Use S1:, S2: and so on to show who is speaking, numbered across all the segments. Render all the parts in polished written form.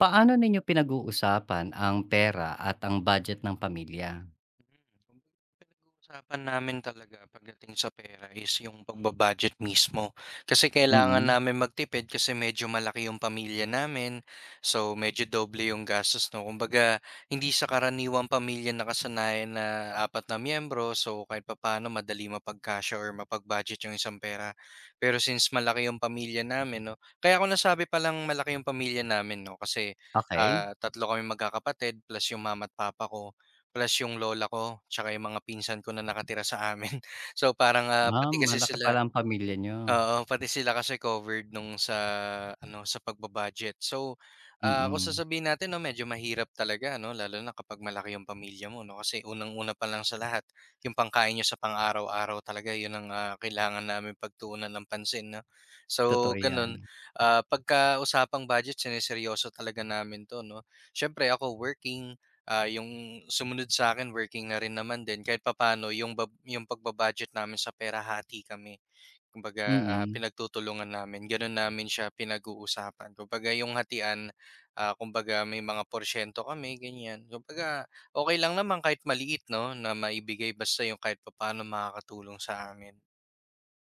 S1: Paano ninyo pinag-uusapan ang pera at ang budget ng pamilya?
S2: Kumbaga pinag-uusapan namin talaga pagdating sa pera is yung pagba-budget mismo. Kasi kailangan
S1: Mm,
S2: namin magtipid kasi medyo malaki yung pamilya namin. So, medyo doble yung gastos, 'no? Kumbaga, hindi sa karaniwang pamilya nakasanayan na apat na miyembro. So, kahit papaano madali mapagkasya or mapag-budget yung isang pera. Pero since malaki yung pamilya namin, 'no? Kaya kung nasabi palang malaki yung pamilya namin, 'no? Kasi,
S1: okey.
S2: tatlo kaming magkakapatid plus yung mama at papa ko. Plus yung lola ko, tsaka yung mga pinsan ko na nakatira sa amin. So, parang,
S1: Ah,
S2: pati kasi
S1: malaki
S2: sila.
S1: pala ang pamilya niyo.
S2: Oo, pati sila kasi covered nung sa ano, sa pagbabudget. So, kung
S1: Mm,
S2: sasabihin natin 'no, medyo mahirap talaga ano, lalo na kapag malaki yung pamilya mo 'no, kasi unang-una pa lang sa lahat, yung pangkain niyo sa pang-araw-araw talaga yun ang, kailangan namin pagtuunan ng pansin 'no.
S1: totoo
S2: So
S1: 'yan.
S2: ganun, pagka usapang budget sineryoso talaga namin 'to 'no. Siyempre ako working, yung sumunod sa akin working na rin naman din kahit papaano yung pagbabudget namin sa pera hati kami. Kumbaga,
S1: Mm.
S2: pinagtutulungan namin, gano'n namin siya pinag-uusapan. Kumbaga yung hatian, kumbaga may mga porsiyento kami, ganyan. Kumbaga, okay lang naman kahit maliit 'no, na maibigay basta yung kahit paano makakatulong sa amin.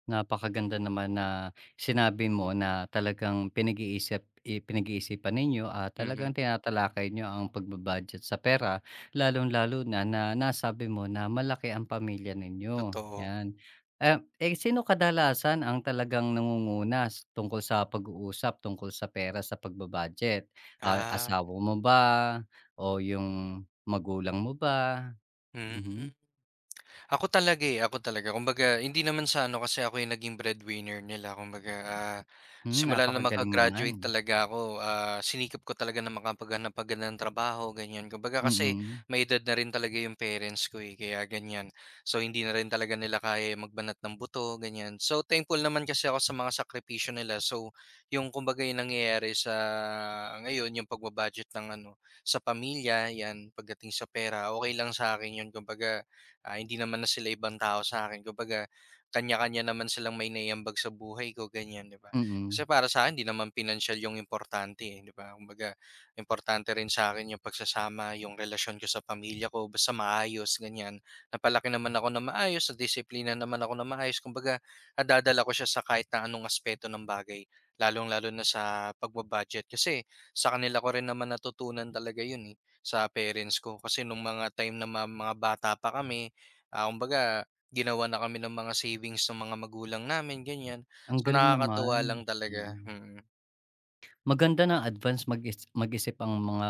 S1: Napakaganda naman na sinabi mo na talagang pinag-iisipan ninyo at
S2: Mhm,
S1: talagang tinatalakay niyo ang pagbabudget sa pera, lalong-lalo na na nasabi mo na malaki ang pamilya ninyo,
S2: totoo.
S1: 'yan. Eh, sino kadalasan ang talagang nangunguna tungkol sa pag-uusap tungkol sa pera sa pagbabudget? Ah,
S2: Ah,
S1: asawa mo ba o yung magulang mo ba?
S2: hmm.
S1: Mhm.
S2: Ako talaga, eh, ako talaga. Kumbaga hindi naman sa ano kasi ako yung naging breadwinner nila kumbaga, simula na
S1: Napakagaling naman.
S2: maka-graduate talaga ako, sinikap ko talaga na makapaghanap-agad ng trabaho ganyan. Kumbaga kasi
S1: Mm,
S2: may edad na rin talaga yung parents ko, eh, kaya ganyan. So hindi na rin talaga nila kaya yung magbanat ng buto ganyan. So thankful naman kasi ako sa mga sakripisyo nila. So yung kumbaga yung nangyayari sa ngayon yung ng ano, sa pamilya 'yan pagdating sa pera okay lang sa sa'kin yun kumbaga. Ah, hindi naman na sila ibang tao sa sa'kin kumbaga kanya-kanya naman silang may naiambag sa buhay ko ganyan, 'di ba?
S1: mm.
S2: Kasi para sa akin hindi naman pinansyal yung importante, eh, 'di ba? Kumbaga importante rin sa akin yung pagsasama, yung relasyon ko sa pamilya ko basta maayos ganyan. Napalaki naman ako na maayos, nadisiplina naman ako na maayos kumbaga nadadala ko siya sa kahit na anong aspeto ng bagay, lalong-lalo na sa pagba-budget kasi sa kanila ko rin naman natutunan talaga yun, eh, sa parents ko. Kasi nung mga time na mga bata pa kami. Ah, kumbaga ginawa na kami ng mga savings ng mga magulang namin ganyan.
S1: Ang
S2: So,
S1: galing naman,
S2: nakakatuwa lang talaga,
S1: mm.
S2: mm.
S1: Maganda na advance mag-isip ang mga,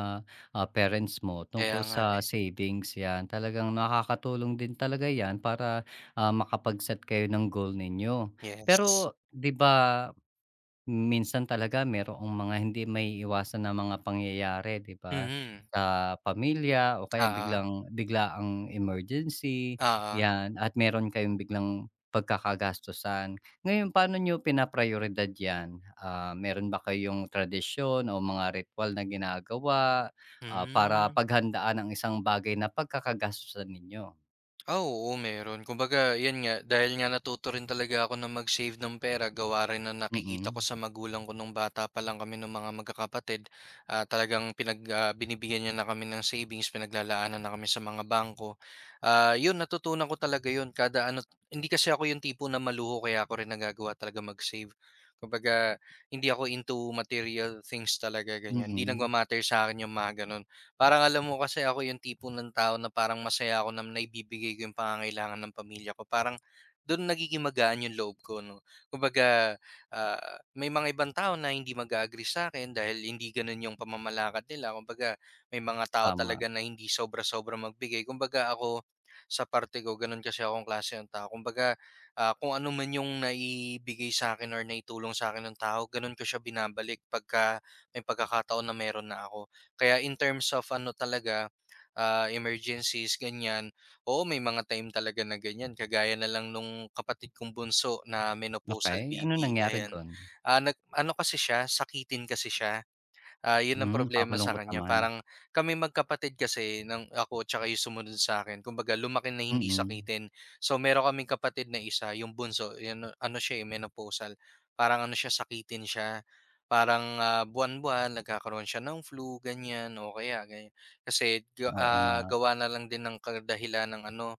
S1: parents mo
S2: Kaya
S1: tungkol
S2: nga,
S1: sa
S2: eh.
S1: savings, 'yan. Talagang nakakatulong din talaga 'yan para, makapag-set kayo ng goal ninyo.
S2: Yes.
S1: Pero, 'di ba, minsan talaga mayroong mga hindi may maiiwasan na mga pangyayari, 'di ba?
S2: Mhm.
S1: Sa pamilya o kaya
S2: Ah, ah. Mm.
S1: bigla ang emergency,
S2: Oo, oo.
S1: 'yan, at meron kayong biglang pagkakagastusan. Ngayon, paano niyo pinaprayoridad 'yan? Meron ba kayong tradisyon o mga ritual na ginagawa, para
S2: Hmm.
S1: paghandaan ang isang bagay na pagkakagastusan ninyo?
S2: Ah, oo meron. Kumbaga 'yan nga, dahil nga natuto rin talaga ako na mag-save ng pera gawa rin ng nakikita ko
S1: Mm,
S2: sa magulang ko nung bata pa lang kami nung mga magkakapatid, talagang binibigyan niya na kami ng savings, pinaglalaanan na kami sa mga bangko. Ah, 'yun natutunan ko talaga 'yun kada ano hindi kasi ako 'yung tipo na maluho kaya ako rin nagagawa talaga mag-save. Kumbaga hindi ako into material things talaga, ganiyan. Hindi
S1: mm,
S2: nagma-matter sa akin 'yung mga gano'n. Parang alam mo kasi ako yung tipo ng tao na parang masaya ako na naibibigay ko yung pangangailangan ng pamilya ko. Parang do'n nagiging magaan yung loob ko 'no. Kumbaga, ah, may mga ibang tao na hindi mag-a-agree sa'kin dahil hindi gano'n yung pamamalakad nila. Kumbaga may mga tao
S1: tama.
S2: talaga na hindi sobra-sobra magbigay. Kumbaga ako, sa parte ko gano'n kasi akong klase ng tao. Kumbaga, kung ano man yung naibigay sa akin or naitulong sa akin ng tao, gano'n ko siya binabalik pagka may pagkakataon na meron na ako. Kaya in terms of ano talaga, emergencies ganyan, oo may mga time talaga na ganyan kagaya na lang nung kapatid kong bunso na
S1: Okay,
S2: menopausal
S1: ano
S2: baby,
S1: nangyari
S2: ayan.
S1: do'n?
S2: Ah, nag ano kasi siya, sakitin kasi siya. Ah, 'yun ang problema sa
S1: Nakakalungkot
S2: kanya
S1: naman.
S2: parang kami magkapatid kasi ng ako tsaka 'yung sumunod sa akin kumbaga lumaki na hindi
S1: Mm.
S2: sakitin. So meron kaming kapatid na isa 'yung bunso 'yun ano siya, eh, menopausal parang ano siya sakitin siya, parang, buwan-buwan nagkakaroon siya ng flu ganyan o kaya ganiyan. Kasi
S1: Oo nga.
S2: gawa na lang din ng kadahilan ng ano,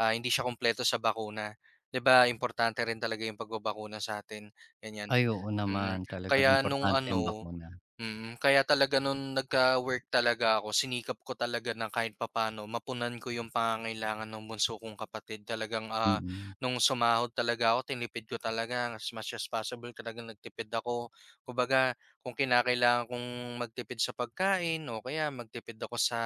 S2: hindi siya kumpleto sa bakuna. 'Di ba importante rin talaga 'yung pagbabakuna sa'tin ganiyan,
S1: Ay oo
S2: mm. Mm.
S1: naman, talagang
S2: Kaya nung
S1: importante ang
S2: ano.
S1: bakuna,
S2: Kaya talaga no'n nagka-work talaga ako, sinikap ko talaga na kahit papano mapunan ko 'yung pangangailangan ng bunso kong kapatid. Talagang,
S1: mm.
S2: nung sumahod talaga ako tinipid ko talaga as much as possible talagang nagtipid ako. Kumbaga kung kinakailangan kong magtipid sa pagkain o kaya magtipid ako sa,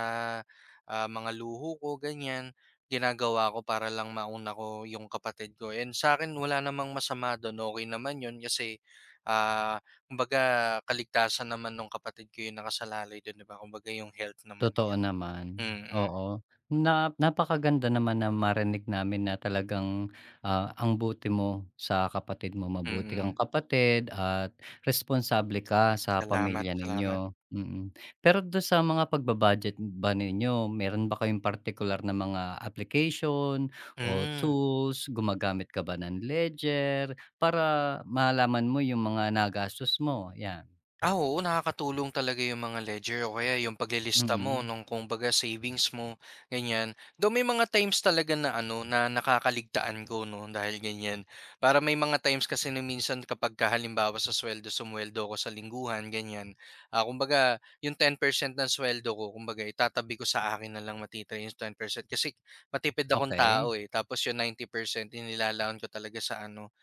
S2: mga luho ko ganiyan, ginagawa ko para lang mauna ko 'yung kapatid ko. And sa akin wala namang masama do'n, okey naman 'yun kasi, ah Kumbaga kaligtasan naman nung kapatid ko yung nakasalalay dun 'di ba, kumbaga yung health naman niya.
S1: Totoo naman,
S2: Mm, mm.
S1: oo. Napakaganda naman na marinig namin na talagang, ang buti mo sa kapatid mo, mabuti kang
S2: Mm.
S1: kapatid at responsable ka sa
S2: Salamat,
S1: pamilya
S2: salamat.
S1: ninyo, mm. Pero do sa mga budget ba ninyo, meron ba kayong particular na mga application o
S2: Hmm.
S1: tools? Gumagamit ka ba ng ledger para malaman mo yung mga nagastos mo, yan?
S2: Ah, oo nakakatulong talaga yung mga ledger o kaya yung paglilista mo
S1: Mm,
S2: nung kumbaga savings mo, ganyan. Though may mga times talaga na ano, na nakakaligtaan ko 'no, dahil ganyan. Para may mga times kasi na minsan kapagka halimbawa sa suweldo, sumweldo ko sa lingguhan, ganyan. Kumbaga yung 10% ng suweldo ko kumbaga itatabi ko sa akin na lang matitira yung 10% kasi matipid akong
S1: okay.
S2: tao, eh. Tapos yung 90% inilalaon ko talaga sa ano,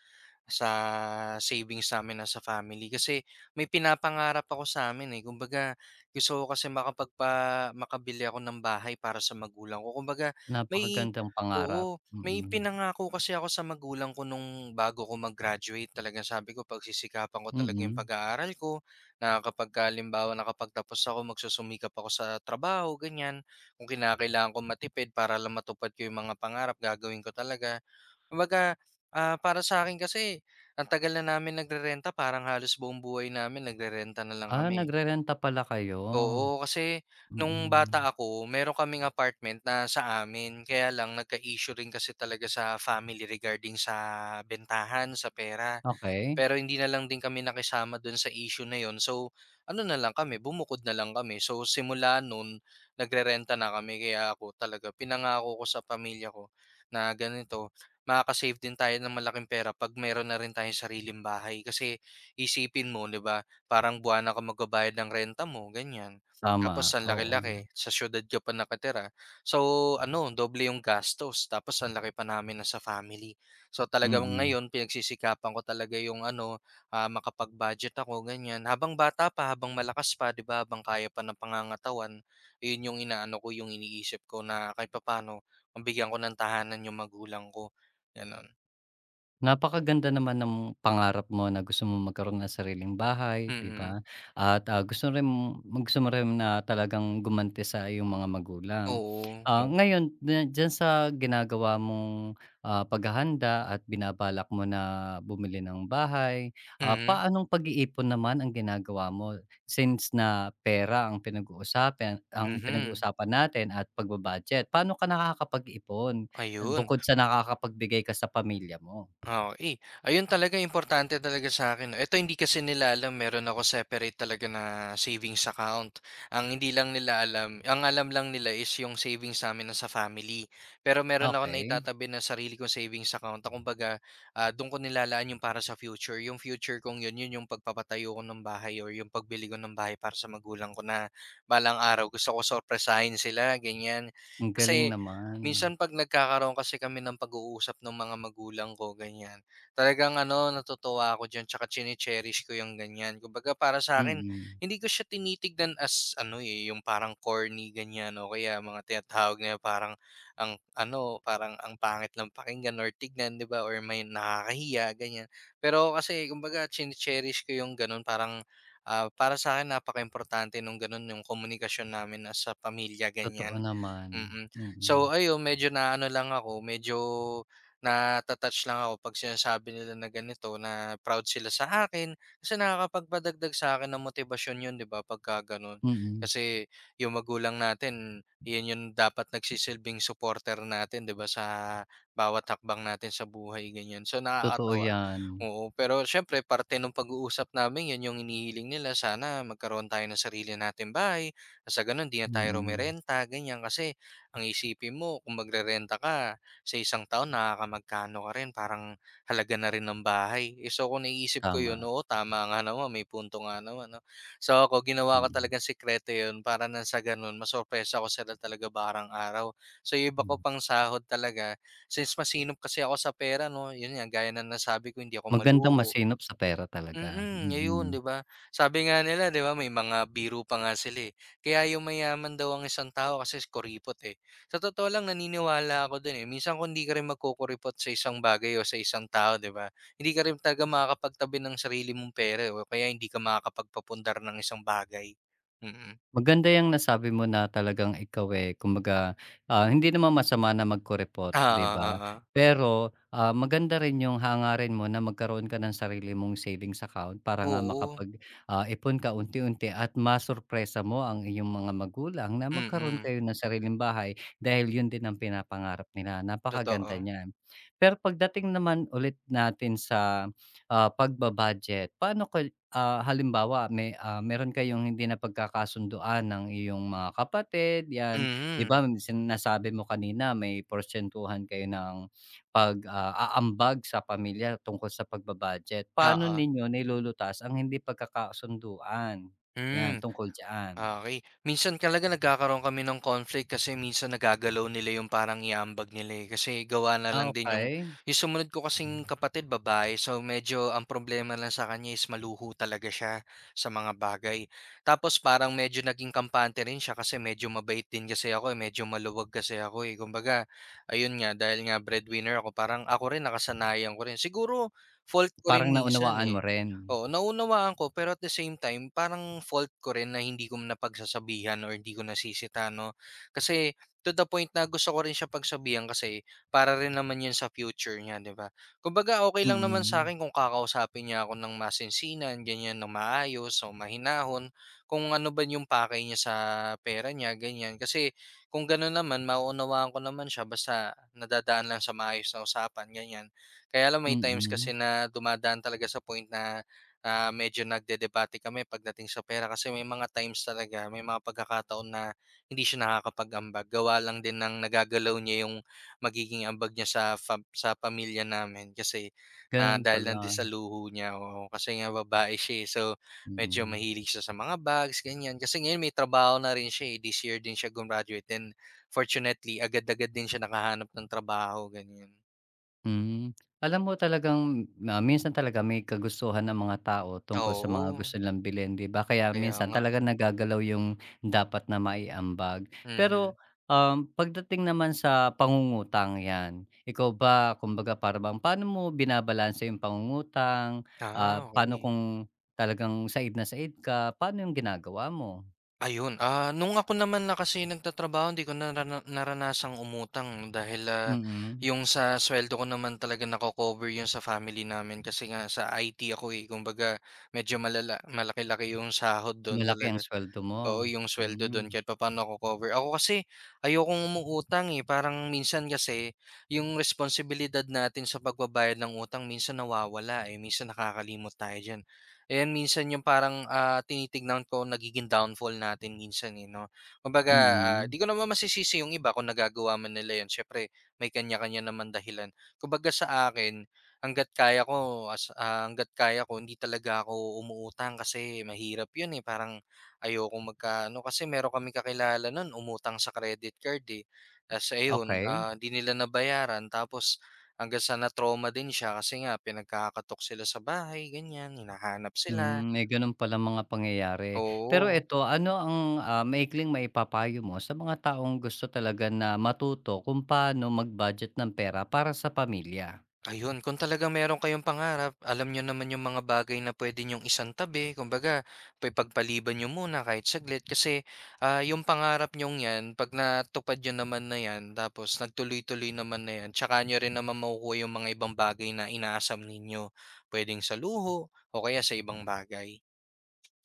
S2: sa savings namin as a family kasi may pinapangarap ako sa sa'min, eh. Kumbaga gusto ko kasi makabili ako ng bahay para sa magulang ko. Kumbaga, may
S1: Napakagandang pangarap,
S2: oo, may
S1: mm,
S2: pinangako kasi ako sa magulang ko nung bago ko mag-graduate. Talagang sabi ko pagsisikapan ko talaga yung
S1: mm.
S2: pag-aaral ko na kapagka halimbawa nakapagtapos ako magsusumikap ako sa trabaho, ganyan. Kung kinakailangan ko matipid para lang matupad ko yung mga pangarap gagawin ko talaga. Kumbaga, para sa akin kasi ang tagal na namin nagrerenta parang halos buong buhay namin nagrerenta na lang
S1: Ah,
S2: kami.
S1: nagrerenta pala kayo?
S2: Oo, kasi nung
S1: Mm,
S2: bata ako meron kaming apartment na sa amin kaya lang nagka-issue rin kasi talaga sa family regarding sa bentahan, sa pera.
S1: okey,
S2: Pero hindi na lang din kami nakisama dun sa issue na yon. So, ano na lang kami, bumukod na lang kami. So, simula noon nagrerenta na kami. Kaya ako talaga, pinangako ko sa pamilya ko na ganito, makakasave din tayo ng malaking pera pag meron na rin tayong sariling bahay. Kasi isipin mo, di ba, parang buwan na ka magbabayad ng renta mo, ganyan.
S1: tama,
S2: Tapos ang
S1: oo,
S2: laki-laki, sa syudad ka pa nakatira. So ano, doble yung gastos. Tapos ang laki pa namin na sa family. So, talagang
S1: mm.
S2: ngayon pinagsisikapan ko talaga yung ano, makapag-budget ako ganyan. Habang bata pa, habang malakas pa, 'di ba, habang kaya pa ng pangangatawan, ayun yung inaano ko, yung iniisip ko na kahit papaano mabigyan ko ng tahanan yung magulang ko, gano'n.
S1: Napakaganda naman ng pangarap mo na gusto mo magkaroon ng sariling bahay, 'di
S2: Mm.
S1: ba? At, gusto mo rin na talagang gumanti sa iyong mga magulang.
S2: Oo, o
S1: Ngayon na diyan sa ginagawa mong, paghahanda at binabalak mo na bumili ng bahay,
S2: mhm,
S1: paanong pag-iipon naman ang ginagawa mo since na pera ang
S2: mhm,
S1: pinag-uusapan natin at pagba-budget. Paano ka nakakapag-ipon
S2: ayun.
S1: bukod sa nakakapagbigay ka sa pamilya mo?
S2: Oo, eh, ayun talaga importante talaga sa akin 'no. Eto hindi kasi nila alam meron ako separate talaga na savings account. Ang hindi lang nila alam ang alam lang nila is yung savings namin na sa family. Pero meron ako na
S1: Okey,
S2: naitatabi na sarili kong savings account na kumbaga, dun ko nilalaan yung para sa future. Yung future kong yun, yun yung pagpapatayo ko ng bahay or yung pagbili ko ng bahay para sa magulang ko na balang araw gusto ko sorpresahin sila, ganyan.
S1: ang galing
S2: Kasi
S1: naman.
S2: minsan 'pag nagkakaroon kasi kami ng pag-uusap ng mga magulang ko, ganyan, talagang ano, natutuwa ako diyan tsaka chine-cherish ko yung ganyan. Kumbaga para sa akin
S1: Mm,
S2: hindi ko siya tinitignan as ano, eh, yung parang corny, ganyan o kaya mga tinatawag na parang ang ano, parang ang pangit lang pakinggan or tignan, 'di ba, or may nakakahiya, ganyan. Pero kasi kumbaga chine-cherish ko yung gano'n parang, para sa'kin napakaimportante nung gano'n, yung komunikasyon namin as sa pamilya,
S1: totoo
S2: ganyan.
S1: naman.
S2: Mm.
S1: Mm,
S2: So ayun, medyo na ano lang ako, medyo nata-touch lang ako 'pag sinasabi nila na ganito, na proud sila sa akin. Kasi nakakapagpadagdag sa'kin ng motibasyon 'yun, 'di ba, pagka gano'n.
S1: mm,
S2: Kasi yung magulang natin, 'yun yung dapat nagsisilbing supporter natin, 'di ba, sa bawat hakbang natin sa buhay, ganyan. So
S1: totoo
S2: nakakatuwa,
S1: 'yan.
S2: oo. Pero siyempre parte ng pag-uusap namin 'yun yung inihiling nila, sana magkaroon tayo ng sarili nating bahay, sa gano'n 'di na tayo
S1: Mm,
S2: rumerenta, ganyan. Kasi ang iisipin mo kung magrerenta ka sa isang taon nakakamagkano ka rin, parang halaga na rin ng bahay. Eh, so kung naiisip ko yun,
S1: tama.
S2: oo, tama nga naman, may punto nga naman 'no. So ako ginawa ko
S1: Mm,
S2: talagang sikreto yun para nang sa ganun masurpresa ko sila talaga barang araw. So yung iba ko
S1: hmm.
S2: pang sahod talaga, since masinop kasi ako sa pera 'no, yun nga, gaya na nasabi ko hindi ako
S1: Magandang
S2: maluho.
S1: masinop sa pera talaga,
S2: Mm, ayun
S1: mm.
S2: 'di ba? Sabi nga nila 'di ba may mga biro pa nga sila, eh. Kaya yumayaman daw ang isang tao kasi kuripot, eh. Sa totoo lang naniniwala ako dun, eh. Minsan kung hindi ka rin magkukuripot sa isang bagay o sa isang tao 'di ba, hindi ka rin talaga makakapagtabi ng sarili mong pera, eh, o kaya hindi ka makakapagpapundar ng isang bagay. Mm.
S1: Maganda yung nasabi mo na talagang ikaw, eh, kumbaga, hindi naman masama na magkuripot, 'di ba?
S2: Oo.
S1: Pero, maganda rin yung hangarin mo na magkaroon ka ng sarili mong savings account para nga
S2: Oo.
S1: ipon ka unti-unti at masurpresa mo ang iyong mga magulang na magkaroon
S2: Mm.
S1: kayo ng sariling bahay dahil yun din ang pinapangarap nila, napakaganda
S2: Totoo.
S1: niyan. Pero pagdating naman ulit natin sa ah, pagba paano ka Ah, halimbawa meron kayong hindi na pagkakasunduan ng iyong mga kapatid 'yan, 'di
S2: Mm.
S1: ba, sinasabi mo kanina may porsiyentuhan kayo ng aambag sa pamilya tungkol sa pagba-budget. Paano
S2: Oo.
S1: ninyo nilulutas ang hindi pagkakasunduan? 'Yan
S2: Hmm.
S1: tungkol diyan.
S2: Okey. Minsan talaga nagkakaroon kami ng conflict kasi minsan nagagalaw nila yung parang iambag nila, eh, kasi gawa na
S1: Ah,
S2: lang din
S1: okey.
S2: yung sumunod ko kasing kapatid babae, so medyo ang problema lang sa kanya is maluho talaga siya sa mga bagay. Tapos parang medyo naging kampante rin siya kasi medyo mabait din kasi ako, eh, medyo maluwag kasi ako, eh. Kumbaga ayun nga, dahil nga breadwinner ako parang ako rin nakasanayan ko rin. Siguro fault ko rin
S1: Parang
S2: minsan,
S1: naunawaan mo
S2: eh.
S1: rin?
S2: Oo, naunawaan ko pero at the same time parang fault ko rin na hindi ko napagsasabihan or hindi ko nasisita 'no. Kasi to the point na gusto ko rin siya pagsabihan kasi para rin naman 'yun sa future niya, 'di ba? Kumbaga okay lang naman sa
S1: Mm,
S2: akin kung kakausapin niya ako ng masinsinan, ganyan ng maayos o mahinahon, kung ano ba yung pakay niya sa pera niya, ganyan. Kasi kung gano'n naman mauunawaan ko naman siya basta nadadaan lang sa maayos na usapan, ganyan. Kaya lang may times
S1: mm.
S2: kasi na dumadaan talaga sa point na medyo nagdedebate kami pagdating sa pera kasi may mga times talaga, may mga pagkakataon na hindi siya nakakapag-ambag. Gawa lang din ng nagagalaw niya yung magiging ambag niya sa sa pamilya namin kasi,
S1: Gano'n
S2: dahil nandiyan
S1: pala,
S2: sa luho niya, oo. Kasi nga babae siya, eh, so medyo
S1: mm.
S2: mahilig siya sa mga bags, ganyan. Kasi ngayon may trabaho na rin siya, eh, this year din siya gumraduate and fortunately agad-agad din siya nakahanap ng trabaho, ganyan.
S1: Hmm. Alam mo talagang, minsan talaga may kagustuhan ang mga tao tungkol sa mga gusto
S2: Oo,
S1: nilang bilhin, 'di ba? Kaya
S2: kaya
S1: minsan
S2: nga.
S1: talaga nagagalaw yung dapat na maiambag. Pero,
S2: Mhm.
S1: pagdating naman sa pangungutang 'yan, ikaw ba kumbaga para bang paano mo binabalanse yung pangungutang? Ah, paano
S2: Okay.
S1: kung talagang said na said ka, paano yung ginagawa mo?
S2: Ayun, nung ako naman na kasi nagtatrabaho hindi ko naranasang umutang dahil,
S1: Mm.
S2: yung sa sweldo ko naman talaga nako-cover yun sa family namin kasi nga sa IT ako, eh. Kumbaga medyo malaki-laki yung sahod dun
S1: Malaki ang
S2: talaga.
S1: sweldo mo.
S2: Oo, yung sweldo
S1: Mm,
S2: don kahit papaano nako-cover. Ako kasi ayokong umuutang, eh, parang minsan kasi yung responsibilidad natin sa pagbabayad ng utang minsan nawawala, eh, minsan nakakalimot tayo diyan. Ayan minsan yung parang, tinitignan ko nagiging downfall natin minsan, eh, 'no. Kumbaga,
S1: mm.
S2: 'di ko naman masisisi yung iba kung nagagawa man nila yun siyempre may kanya-kanya naman dahilan. Kumbaga sa akin hangga't kaya ko hindi talaga ako umuutang kasi mahirap yun, eh, parang ayokong magkaano kasi meron kami kakilala nun umutang sa credit card, eh. Ta's ayun,
S1: Okay.
S2: 'di nila nabayaran tapos hanggang sa na-trauma din siya kasi nga pinagkakatuwak sila sa bahay, ganyan, hinahanap sila,
S1: May gano'n palang mga pangyayari. Pero
S2: oo.
S1: eto, ano ang, maikling maipapayo mo sa mga taong gusto talaga na matuto kung paano mag-budget ng pera para sa pamilya?
S2: Ayun, kung talagang meron kayong pangarap, alam niyo naman yung mga bagay na puwede niyong isantabi. Kumbaga, pagpaliban niyo muna kahit saglit kasi, yung pangarap niyong 'yan 'pag natupad niyo naman na 'yan tapos nagtuloy-tuloy naman na 'yan, tsaka niyo rin naman makukuha yung mga ibang bagay na inaasam ninyo. Pwedeng sa luho o kaya sa ibang bagay.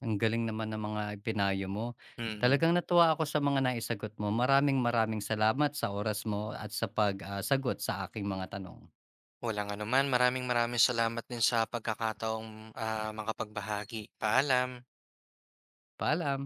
S1: Ang galing naman ng mga ipinayo mo.
S2: Mm.
S1: Talagang natuwa ako sa mga naisagot mo. Maraming maraming salamat sa oras mo at sa sagot sa aking mga tanong.
S2: Walang anuman. Maraming maraming salamat din sa pagkakataong, makapagbahagi. Paalam.
S1: Paalam.